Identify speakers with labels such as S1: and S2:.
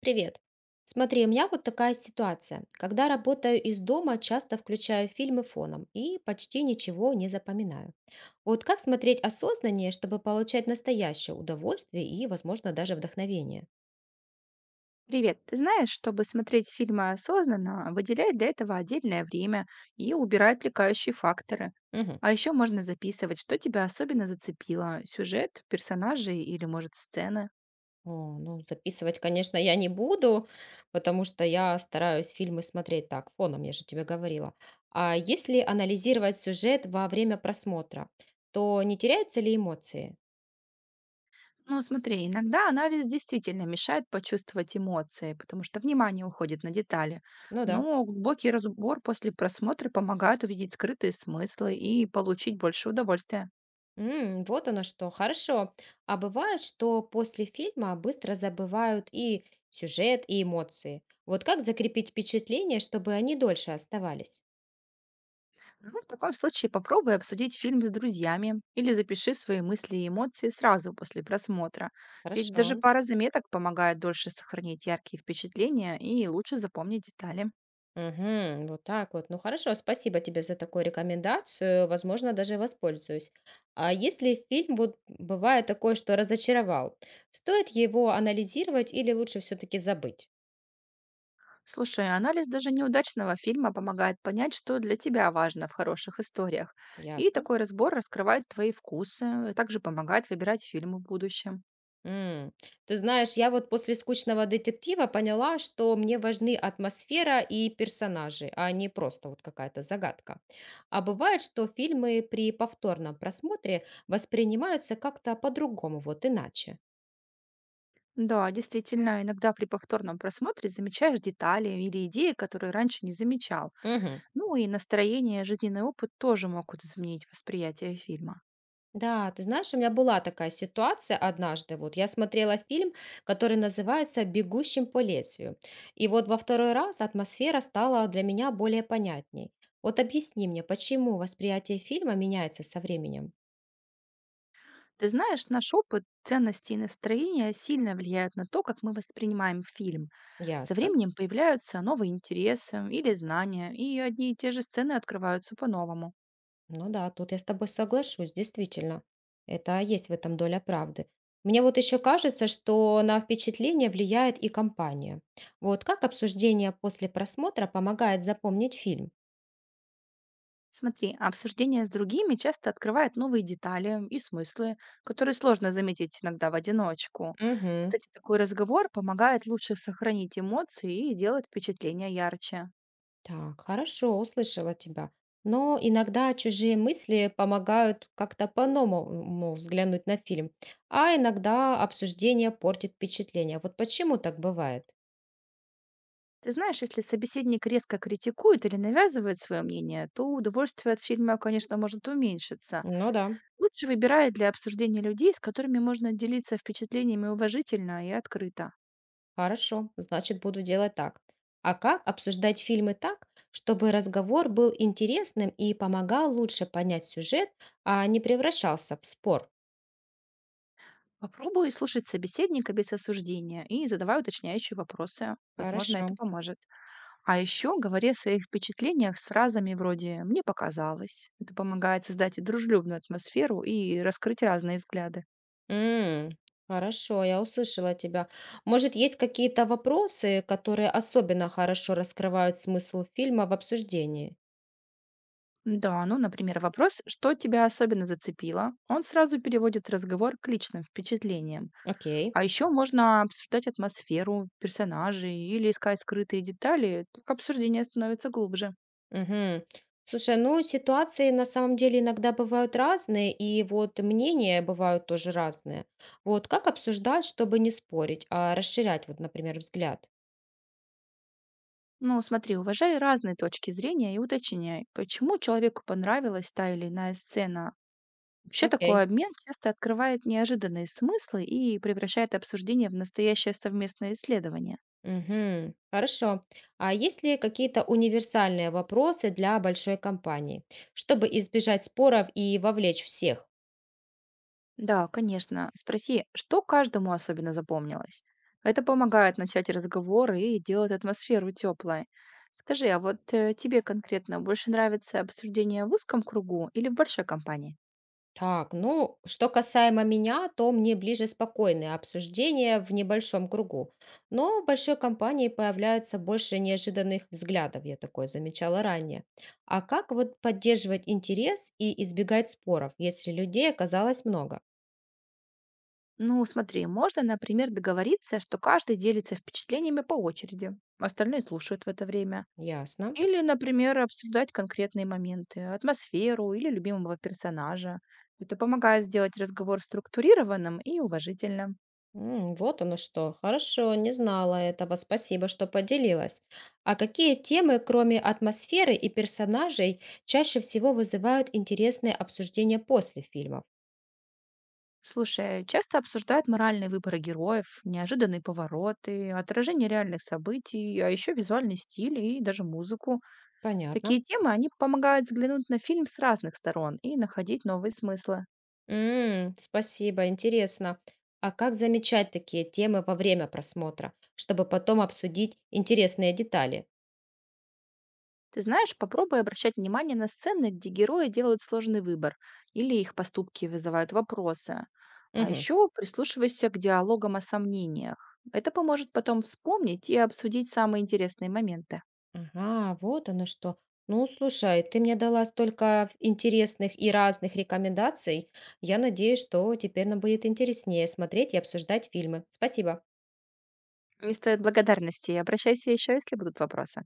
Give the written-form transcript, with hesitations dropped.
S1: Привет. Смотри, у меня вот такая ситуация. Когда работаю из дома, часто включаю фильмы фоном и почти ничего не запоминаю. Вот как смотреть осознаннее, чтобы получать настоящее удовольствие и, возможно, даже вдохновение?
S2: Привет. Ты знаешь, чтобы смотреть фильмы осознанно, выделяй для этого отдельное время и убирай отвлекающие факторы.
S1: Мгм.
S2: А еще можно записывать, что тебя особенно зацепило– сюжет, персонажи или, может, сцены.
S1: О, ну, записывать, конечно, я не буду, потому что я стараюсь фильмы смотреть так, фоном, я же тебе говорила. А если анализировать сюжет во время просмотра, то не теряются ли эмоции?
S2: Ну, смотри, иногда анализ действительно мешает почувствовать эмоции, потому что внимание уходит на детали.
S1: Ну да.
S2: Но глубокий разбор после просмотра помогает увидеть скрытые смыслы и получить больше удовольствия.
S1: М, вот оно что, хорошо. А бывает, что после фильма быстро забывают и сюжет, и эмоции. Вот как закрепить впечатление, чтобы они дольше оставались?
S2: Ну, в таком случае попробуй обсудить фильм с друзьями или запиши свои мысли и эмоции сразу после просмотра. Ведь
S1: Хорошо.
S2: даже пара заметок помогает дольше сохранить яркие впечатления и лучше запомнить детали.
S1: Мгм, вот так вот. Ну хорошо, спасибо тебе за такую рекомендацию. Возможно, даже воспользуюсь. А если фильм вот бывает такое, что разочаровал, стоит его анализировать или лучше все-таки забыть?
S2: Слушай, анализ даже неудачного фильма помогает понять, что для тебя важно в хороших историях. И
S1: Ясно.
S2: такой разбор раскрывает твои вкусы, и также помогает выбирать фильмы в будущем.
S1: М. Ты знаешь, я вот после «Скучного детектива» поняла, что мне важны атмосфера и персонажи, а не просто вот какая-то загадка. А бывает, что фильмы при повторном просмотре воспринимаются как-то по-другому, вот иначе.
S2: Да, действительно, иногда при повторном просмотре замечаешь детали или идеи, которые раньше не замечал.
S1: Мгм.
S2: Ну и настроение, жизненный опыт тоже могут изменить восприятие фильма.
S1: Да, ты знаешь, у меня была такая ситуация однажды. Вот я смотрела фильм, который называется «Бегущим по лезвию». И вот во второй раз атмосфера стала для меня более понятней. Вот объясни мне, почему восприятие фильма меняется со временем?
S2: Ты знаешь, наш опыт, ценности и настроение сильно влияют на то, как мы воспринимаем фильм. Со
S1: Ясно.
S2: временем появляются новые интересы или знания, и одни и те же сцены открываются по-новому.
S1: Ну да, тут я с тобой соглашусь, действительно. Это есть в этом доля правды. Мне вот еще кажется, что на впечатление влияет и компания. Вот как обсуждение после просмотра помогает запомнить фильм?
S2: Смотри, обсуждение с другими часто открывает новые детали и смыслы, которые сложно заметить иногда в одиночку.
S1: Мгм.
S2: Кстати, такой разговор помогает лучше сохранить эмоции и делать впечатление ярче.
S1: Так, хорошо, услышала тебя. Но иногда чужие мысли помогают как-то по-новому взглянуть на фильм, а иногда обсуждение портит впечатление. Вот почему так бывает?
S2: Ты знаешь, если собеседник резко критикует или навязывает свое мнение, то удовольствие от фильма, конечно, может уменьшиться.
S1: Ну да,
S2: Лучше выбирай для обсуждения людей, с которыми можно делиться впечатлениями уважительно и открыто.
S1: хорошо, значит, буду делать так. А как обсуждать фильмы так, чтобы разговор был интересным и помогал лучше понять сюжет, а не превращался в спор?
S2: Попробуй слушать собеседника без осуждения и задавай уточняющие вопросы. Возможно,
S1: Хорошо.
S2: это поможет. А еще говори о своих впечатлениях с фразами вроде «мне показалось». Это помогает создать дружелюбную атмосферу и раскрыть разные взгляды.
S1: М, хорошо, я услышала тебя. Может, есть какие-то вопросы, которые особенно хорошо раскрывают смысл фильма в обсуждении?
S2: Да, ну, например, вопрос, что тебя особенно зацепило, он сразу переводит разговор к личным впечатлениям.
S1: Окей.
S2: А еще можно обсуждать атмосферу, персонажей или искать скрытые детали, так обсуждение становится глубже.
S1: Мгм. Слушай, ну ситуации на самом деле иногда бывают разные, и вот мнения бывают тоже разные. Вот как обсуждать, чтобы не спорить, а расширять, вот, например, взгляд?
S2: Ну, смотри, уважай разные точки зрения и уточняй, почему человеку понравилась та или иная сцена. Вообще
S1: Окей.
S2: такой обмен часто открывает неожиданные смыслы и превращает обсуждение в настоящее совместное исследование.
S1: Мгм. Хорошо. А есть ли какие-то универсальные вопросы для большой компании, чтобы избежать споров и вовлечь всех?
S2: Да, конечно. Спроси, что каждому особенно запомнилось. Это помогает начать разговор и делает атмосферу теплой. Скажи, а вот тебе конкретно больше нравится обсуждение в узком кругу или в большой компании?
S1: Так, ну, что касаемо меня, то мне ближе спокойное обсуждение в небольшом кругу. Но в большой компании появляются больше неожиданных взглядов, я такое замечала ранее. А как вот поддерживать интерес и избегать споров, если людей оказалось много?
S2: Ну, смотри, можно, например, договориться, что каждый делится впечатлениями по очереди, остальные слушают в это время.
S1: Ясно.
S2: Или, например, обсуждать конкретные моменты, атмосферу или любимого персонажа. Это помогает сделать разговор структурированным и уважительным.
S1: М, вот оно что. Хорошо, не знала этого. Спасибо, что поделилась. А какие темы, кроме атмосферы и персонажей, чаще всего вызывают интересные обсуждения после фильмов?
S2: Слушай, часто обсуждают моральные выборы героев, неожиданные повороты, отражение реальных событий, а еще визуальный стиль и даже музыку.
S1: Понятно.
S2: Такие темы, они помогают взглянуть на фильм с разных сторон и находить новые смыслы.
S1: М, спасибо, интересно. А как замечать такие темы во время просмотра, чтобы потом обсудить интересные детали?
S2: Ты знаешь, попробуй обращать внимание на сцены, где герои делают сложный выбор или их поступки вызывают вопросы. А
S1: Мгм.
S2: еще прислушивайся к диалогам о сомнениях. Это поможет потом вспомнить и обсудить самые интересные моменты.
S1: Ага, вот оно что. Ну, слушай, ты мне дала столько интересных и разных рекомендаций. Я надеюсь, что теперь нам будет интереснее смотреть и обсуждать фильмы. Спасибо.
S2: Не стоит благодарности. Обращайся еще, если будут вопросы.